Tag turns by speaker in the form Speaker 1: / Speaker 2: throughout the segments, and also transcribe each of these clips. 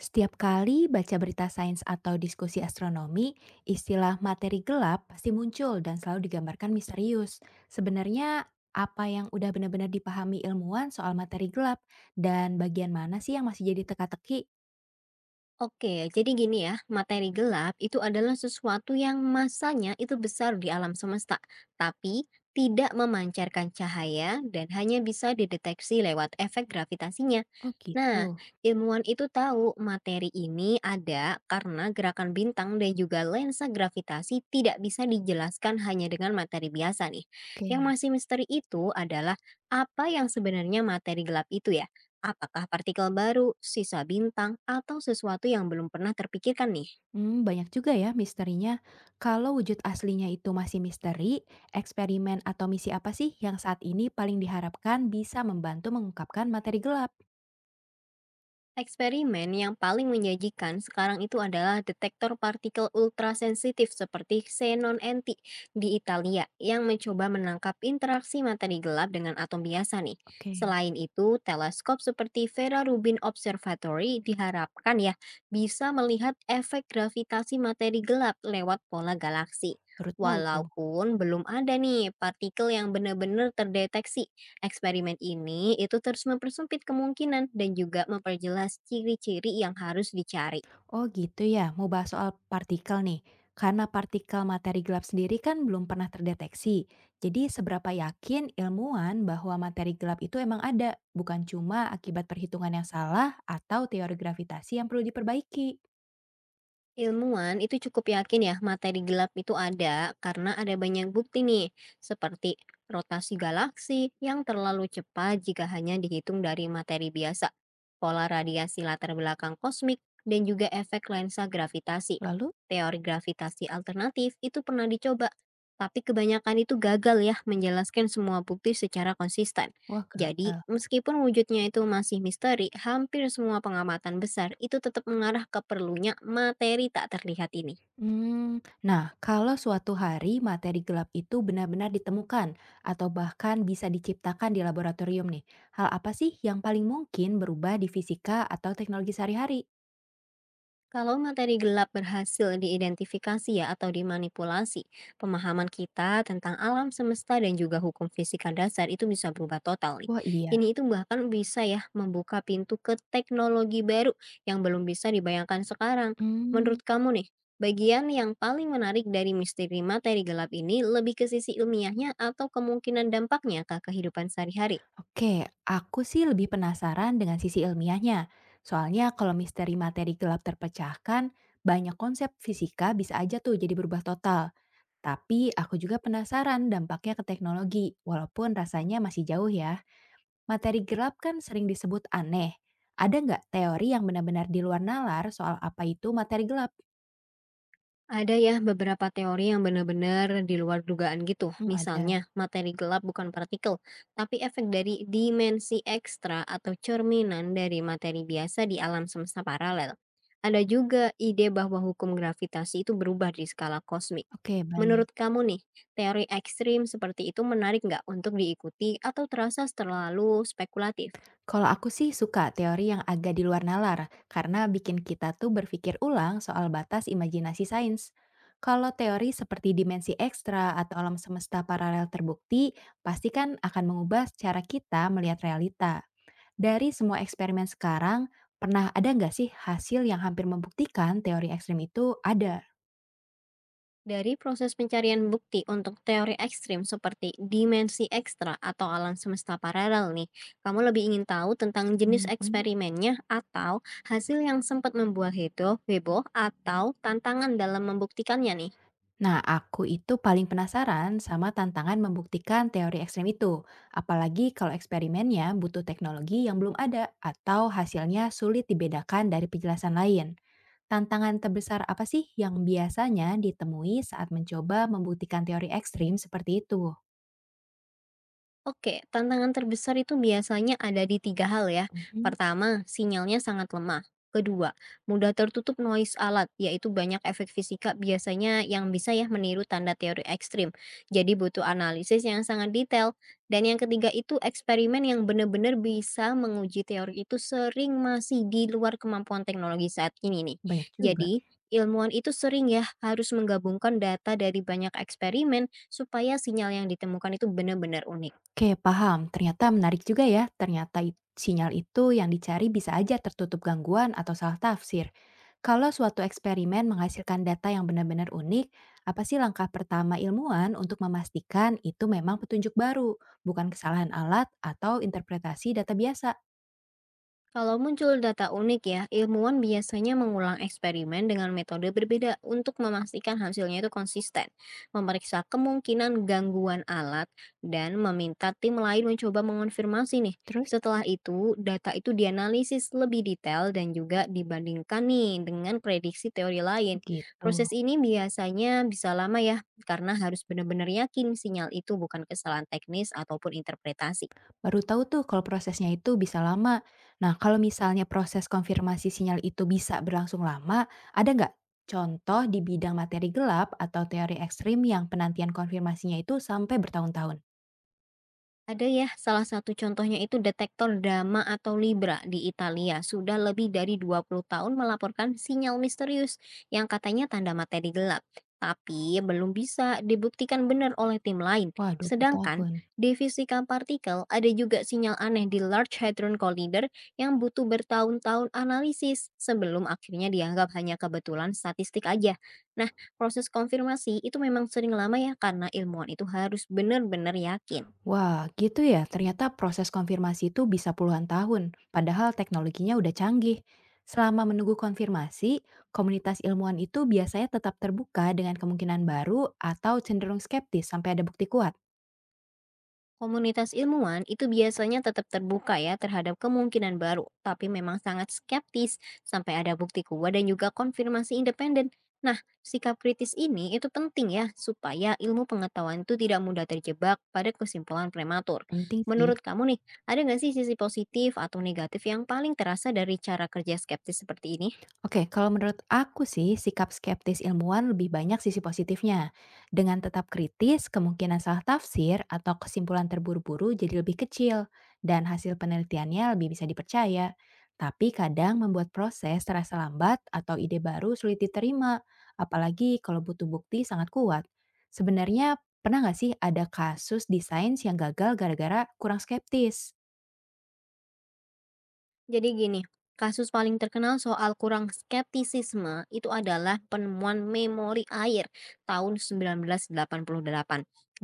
Speaker 1: Setiap kali baca berita sains atau diskusi astronomi, istilah materi gelap pasti muncul dan selalu digambarkan misterius. Sebenarnya, apa yang udah benar-benar dipahami ilmuwan soal materi gelap dan bagian mana sih yang masih jadi teka-teki?
Speaker 2: Oke, jadi gini ya, materi gelap itu adalah sesuatu yang masanya itu besar di alam semesta, tapi tidak memancarkan cahaya dan hanya bisa dideteksi lewat efek gravitasinya.
Speaker 1: Oh gitu.
Speaker 2: Nah, ilmuwan itu tahu materi ini ada karena gerakan bintang dan juga lensa gravitasi tidak bisa dijelaskan hanya dengan materi biasa nih. Yang
Speaker 1: Oke.
Speaker 2: masih misteri itu adalah apa yang sebenarnya materi gelap itu ya? Apakah partikel baru, sisa bintang, atau sesuatu yang belum pernah terpikirkan nih?
Speaker 1: Banyak juga ya misterinya. Kalau wujud aslinya itu masih misteri, eksperimen atau misi apa sih yang saat ini paling diharapkan bisa membantu mengungkapkan materi gelap?
Speaker 2: Eksperimen yang paling menjanjikan sekarang itu adalah detektor partikel ultrasensitif seperti xenon anti di Italia yang mencoba menangkap interaksi materi gelap dengan atom biasa nih.
Speaker 1: Oke,
Speaker 2: Selain itu, teleskop seperti Vera Rubin Observatory diharapkan ya bisa melihat efek gravitasi materi gelap lewat pola galaksi.
Speaker 1: baru tahu tuh.
Speaker 2: Walaupun belum ada nih partikel yang benar-benar terdeteksi, eksperimen ini itu terus mempersempit kemungkinan dan juga memperjelas ciri-ciri yang harus dicari.
Speaker 1: Oh gitu ya, mau bahas soal partikel nih. Karena partikel materi gelap sendiri kan belum pernah terdeteksi. Jadi seberapa yakin ilmuwan bahwa materi gelap itu emang ada, bukan cuma akibat perhitungan yang salah atau teori gravitasi yang perlu diperbaiki.
Speaker 2: Ilmuwan itu cukup yakin ya materi gelap itu ada karena ada banyak bukti nih, seperti rotasi galaksi yang terlalu cepat jika hanya dihitung dari materi biasa, pola radiasi latar belakang kosmik, dan juga efek lensa gravitasi.
Speaker 1: Lalu,
Speaker 2: Teori gravitasi alternatif itu pernah dicoba, tapi kebanyakan itu gagal ya menjelaskan semua bukti secara konsisten.
Speaker 1: wah
Speaker 2: Jadi,
Speaker 1: gagal.
Speaker 2: meskipun wujudnya itu masih misteri, hampir semua pengamatan besar itu tetap mengarah ke perlunya materi tak terlihat ini.
Speaker 1: Nah, kalau suatu hari materi gelap itu benar-benar ditemukan atau bahkan bisa diciptakan di laboratorium nih, hal apa sih yang paling mungkin berubah di fisika atau teknologi sehari-hari?
Speaker 2: Kalau materi gelap berhasil diidentifikasi ya atau dimanipulasi, pemahaman kita tentang alam semesta dan juga hukum fisika dasar itu bisa berubah total nih.
Speaker 1: Wah iya.
Speaker 2: Ini itu bahkan bisa ya membuka pintu ke teknologi baru yang belum bisa dibayangkan sekarang.
Speaker 1: Hmm
Speaker 2: Menurut kamu nih, bagian yang paling menarik dari misteri materi gelap ini lebih ke sisi ilmiahnya atau kemungkinan dampaknya ke kehidupan sehari-hari?
Speaker 1: oke. Aku sih lebih penasaran dengan sisi ilmiahnya. Soalnya kalau misteri materi gelap terpecahkan, banyak konsep fisika bisa aja tuh jadi berubah total. Tapi aku juga penasaran dampaknya ke teknologi, walaupun rasanya masih jauh ya. Materi gelap kan sering disebut aneh. Ada nggak teori yang benar-benar di luar nalar soal apa itu materi gelap?
Speaker 2: Ada ya beberapa teori yang benar-benar di luar dugaan gitu.
Speaker 1: Hmm, ada.
Speaker 2: Misalnya, materi gelap bukan partikel, tapi efek dari dimensi ekstra atau cerminan dari materi biasa di alam semesta paralel. Ada juga ide bahwa hukum gravitasi itu berubah di skala kosmik.
Speaker 1: Oke,
Speaker 2: Menurut
Speaker 1: baik.
Speaker 2: kamu nih, teori ekstrim seperti itu menarik nggak untuk diikuti atau terasa terlalu spekulatif?
Speaker 1: Kalau aku sih suka teori yang agak di luar nalar, karena bikin kita tuh berpikir ulang soal batas imajinasi sains. Kalau teori seperti dimensi ekstra atau alam semesta paralel terbukti, pasti kan akan mengubah cara kita melihat realita. Dari semua eksperimen sekarang, pernah ada nggak sih hasil yang hampir membuktikan teori ekstrem itu ada?
Speaker 2: Dari proses pencarian bukti untuk teori ekstrim seperti dimensi ekstra atau alam semesta paralel nih, kamu lebih ingin tahu tentang jenis
Speaker 1: Mm-mm.
Speaker 2: eksperimennya atau hasil yang sempat membuat heboh atau tantangan dalam membuktikannya nih?
Speaker 1: Nah, aku itu paling penasaran sama tantangan membuktikan teori ekstrem itu. Apalagi kalau eksperimennya butuh teknologi yang belum ada atau hasilnya sulit dibedakan dari penjelasan lain. Tantangan terbesar apa sih yang biasanya ditemui saat mencoba membuktikan teori ekstrim seperti itu?
Speaker 2: Oke, tantangan terbesar itu biasanya ada di tiga hal ya.
Speaker 1: Mhm.
Speaker 2: Pertama, sinyalnya sangat lemah. Kedua, mudah tertutup noise alat, yaitu banyak efek fisika biasanya yang bisa ya meniru tanda teori ekstrim. Jadi butuh analisis yang sangat detail. Dan yang ketiga itu eksperimen yang benar-benar bisa menguji teori itu sering masih di luar kemampuan teknologi saat ini nih.
Speaker 1: Banyak juga.
Speaker 2: Jadi, ilmuwan itu sering ya harus menggabungkan data dari banyak eksperimen supaya sinyal yang ditemukan itu benar-benar unik.
Speaker 1: Oke, paham. Ternyata menarik juga ya. Ternyata sinyal itu yang dicari bisa aja tertutup gangguan atau salah tafsir. Kalau suatu eksperimen menghasilkan data yang benar-benar unik, apa sih langkah pertama ilmuwan untuk memastikan itu memang petunjuk baru, bukan kesalahan alat atau interpretasi data biasa?
Speaker 2: Kalau muncul data unik ya, ilmuwan biasanya mengulang eksperimen dengan metode berbeda untuk memastikan hasilnya itu konsisten, memeriksa kemungkinan gangguan alat, dan meminta tim lain mencoba mengonfirmasi nih.
Speaker 1: Terus
Speaker 2: Setelah itu, data itu dianalisis lebih detail dan juga dibandingkan nih dengan prediksi teori lain.
Speaker 1: begitu.
Speaker 2: Proses ini biasanya bisa lama ya, karena harus benar-benar yakin sinyal itu bukan kesalahan teknis ataupun interpretasi.
Speaker 1: Baru tahu tuh kalau prosesnya itu bisa lama. Nah, kalau misalnya proses konfirmasi sinyal itu bisa berlangsung lama, ada nggak contoh di bidang materi gelap atau teori ekstrim yang penantian konfirmasinya itu sampai bertahun-tahun?
Speaker 2: Ada ya, salah satu contohnya itu detektor Dama atau Libra di Italia. Sudah lebih dari 20 tahun melaporkan sinyal misterius yang katanya tanda materi gelap. Tapi belum bisa dibuktikan benar oleh tim lain.
Speaker 1: Wah, 20
Speaker 2: Sedangkan
Speaker 1: tahun.
Speaker 2: di fisika partikel ada juga sinyal aneh di Large Hadron Collider yang butuh bertahun-tahun analisis sebelum akhirnya dianggap hanya kebetulan statistik aja. Nah, proses konfirmasi itu memang sering lama ya karena ilmuwan itu harus benar-benar yakin.
Speaker 1: Wah, gitu ya. Ternyata proses konfirmasi itu bisa puluhan tahun, padahal teknologinya udah canggih. Selama menunggu konfirmasi, komunitas ilmuwan itu biasanya tetap terbuka dengan kemungkinan baru atau cenderung skeptis sampai ada bukti kuat.
Speaker 2: Komunitas ilmuwan itu biasanya tetap terbuka ya terhadap kemungkinan baru, tapi memang sangat skeptis sampai ada bukti kuat dan juga konfirmasi independen. Nah, sikap kritis ini itu penting ya supaya ilmu pengetahuan itu tidak mudah terjebak pada kesimpulan prematur.
Speaker 1: Penting sih.
Speaker 2: Menurut kamu nih, ada nggak sih sisi positif atau negatif yang paling terasa dari cara kerja skeptis seperti ini?
Speaker 1: Oke, kalau menurut aku sih sikap skeptis ilmuwan lebih banyak sisi positifnya. Dengan tetap kritis, kemungkinan salah tafsir atau kesimpulan terburu-buru jadi lebih kecil dan hasil penelitiannya lebih bisa dipercaya. Tapi kadang membuat proses terasa lambat atau ide baru sulit diterima, apalagi kalau butuh bukti sangat kuat. Sebenarnya pernah nggak sih ada kasus desain yang gagal gara-gara kurang skeptis?
Speaker 2: Jadi gini, kasus paling terkenal soal kurang skeptisisme itu adalah penemuan memori air tahun 1988,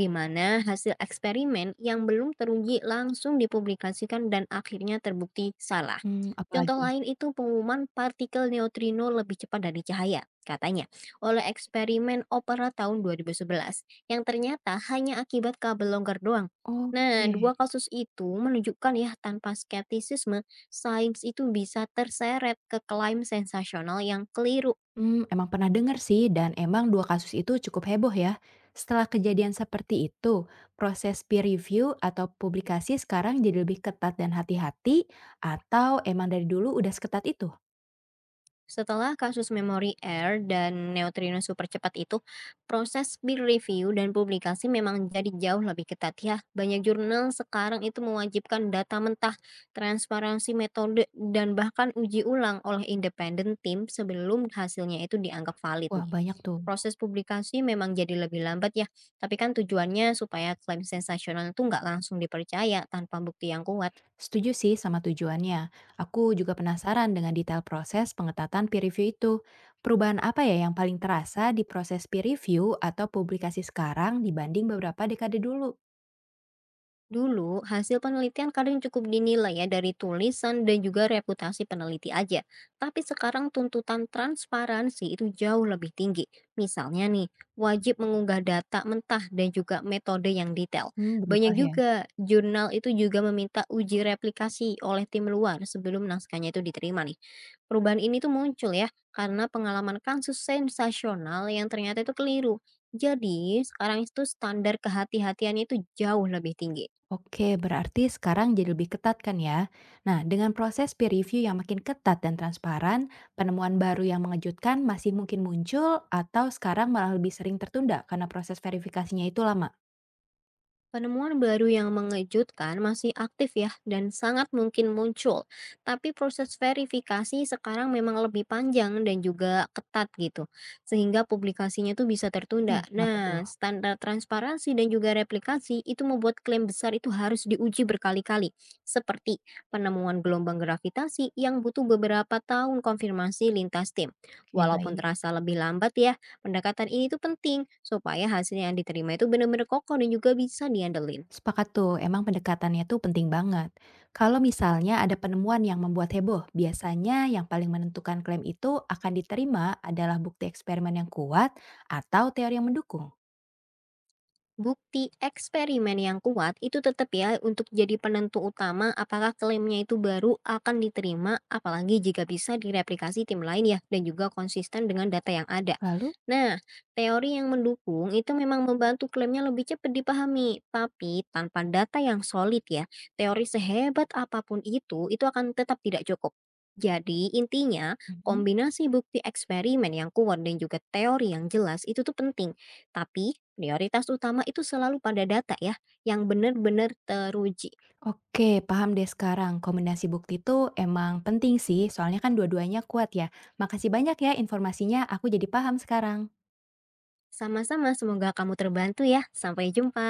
Speaker 2: di mana hasil eksperimen yang belum teruji langsung dipublikasikan dan akhirnya terbukti salah.
Speaker 1: Hmm,
Speaker 2: Contoh
Speaker 1: apalagi?
Speaker 2: lain itu pengumuman partikel neutrino lebih cepat dari cahaya, katanya, oleh eksperimen Opera tahun 2011, yang ternyata hanya akibat kabel longgar doang. Nah,
Speaker 1: Oke.
Speaker 2: dua kasus itu menunjukkan ya tanpa skeptisisme, sains itu bisa terseret ke klaim sensasional yang keliru.
Speaker 1: Emang pernah dengar sih dan emang 2 kasus itu cukup heboh ya. Setelah kejadian seperti itu, proses peer review atau publikasi sekarang jadi lebih ketat dan hati-hati atau emang dari dulu udah seketat itu?
Speaker 2: Setelah kasus memori Air dan neutrino supercepat itu, proses peer review dan publikasi memang jadi jauh lebih ketat ya. Banyak jurnal sekarang itu mewajibkan data mentah, transparansi metode, dan bahkan uji ulang oleh independen tim sebelum hasilnya itu dianggap valid
Speaker 1: Wah,
Speaker 2: nih.
Speaker 1: banyak tuh.
Speaker 2: Proses publikasi memang jadi lebih lambat ya, tapi kan tujuannya supaya klaim sensasional itu nggak langsung dipercaya tanpa bukti yang kuat.
Speaker 1: Setuju sih sama tujuannya. Aku juga penasaran dengan detail proses pengetatan peer review itu. Perubahan apa ya yang paling terasa di proses peer review atau publikasi sekarang dibanding beberapa dekade dulu?
Speaker 2: Dulu, hasil penelitian kadang cukup dinilai ya dari tulisan dan juga reputasi peneliti aja. Tapi sekarang tuntutan transparansi itu jauh lebih tinggi. Misalnya nih, wajib mengunggah data mentah dan juga metode yang detail. Banyak
Speaker 1: Berubah ya.
Speaker 2: juga jurnal itu juga meminta uji replikasi oleh tim luar sebelum naskahnya itu diterima nih. Perubahan ini tuh muncul ya karena pengalaman kasus sensasional yang ternyata itu keliru. Jadi, sekarang itu standar kehati-hatiannya itu jauh lebih tinggi.
Speaker 1: Oke, berarti sekarang jadi lebih ketat kan ya? Nah, dengan proses peer review yang makin ketat dan transparan, penemuan baru yang mengejutkan masih mungkin muncul atau sekarang malah lebih sering tertunda karena proses verifikasinya itu lama.
Speaker 2: Penemuan baru yang mengejutkan masih aktif ya dan sangat mungkin muncul. Tapi proses verifikasi sekarang memang lebih panjang dan juga ketat gitu. Sehingga publikasinya tuh bisa tertunda.
Speaker 1: Oh, kenapa tuh?
Speaker 2: Nah, standar transparansi dan juga replikasi itu membuat klaim besar itu harus diuji berkali-kali. Seperti penemuan gelombang gravitasi yang butuh beberapa tahun konfirmasi lintas tim.
Speaker 1: Oke,
Speaker 2: Walaupun
Speaker 1: baik.
Speaker 2: terasa lebih lambat ya, pendekatan ini tuh penting supaya hasil yang diterima itu benar-benar kokoh dan juga bisa diandelin.
Speaker 1: Sepakat tuh, emang pendekatannya tuh penting banget. Kalau misalnya ada penemuan yang membuat heboh, biasanya yang paling menentukan klaim itu akan diterima adalah bukti eksperimen yang kuat atau teori yang mendukung.
Speaker 2: Bukti eksperimen yang kuat itu tetap ya untuk jadi penentu utama apakah klaimnya itu baru akan diterima apalagi jika bisa direplikasi tim lain ya dan juga konsisten dengan data yang ada.
Speaker 1: Lalu?
Speaker 2: Nah, teori yang mendukung itu memang membantu klaimnya lebih cepat dipahami, tapi tanpa data yang solid ya, teori sehebat apapun itu akan tetap tidak cukup. Jadi intinya
Speaker 1: Mhm.
Speaker 2: kombinasi bukti eksperimen yang kuat dan juga teori yang jelas itu tuh penting tapi, prioritas utama itu selalu pada data ya, yang benar-benar teruji.
Speaker 1: Oke, paham deh sekarang. Kombinasi bukti itu emang penting sih, soalnya kan dua-duanya kuat ya. Makasih banyak ya informasinya, aku jadi paham sekarang.
Speaker 2: Sama-sama, semoga kamu terbantu ya. Sampai jumpa.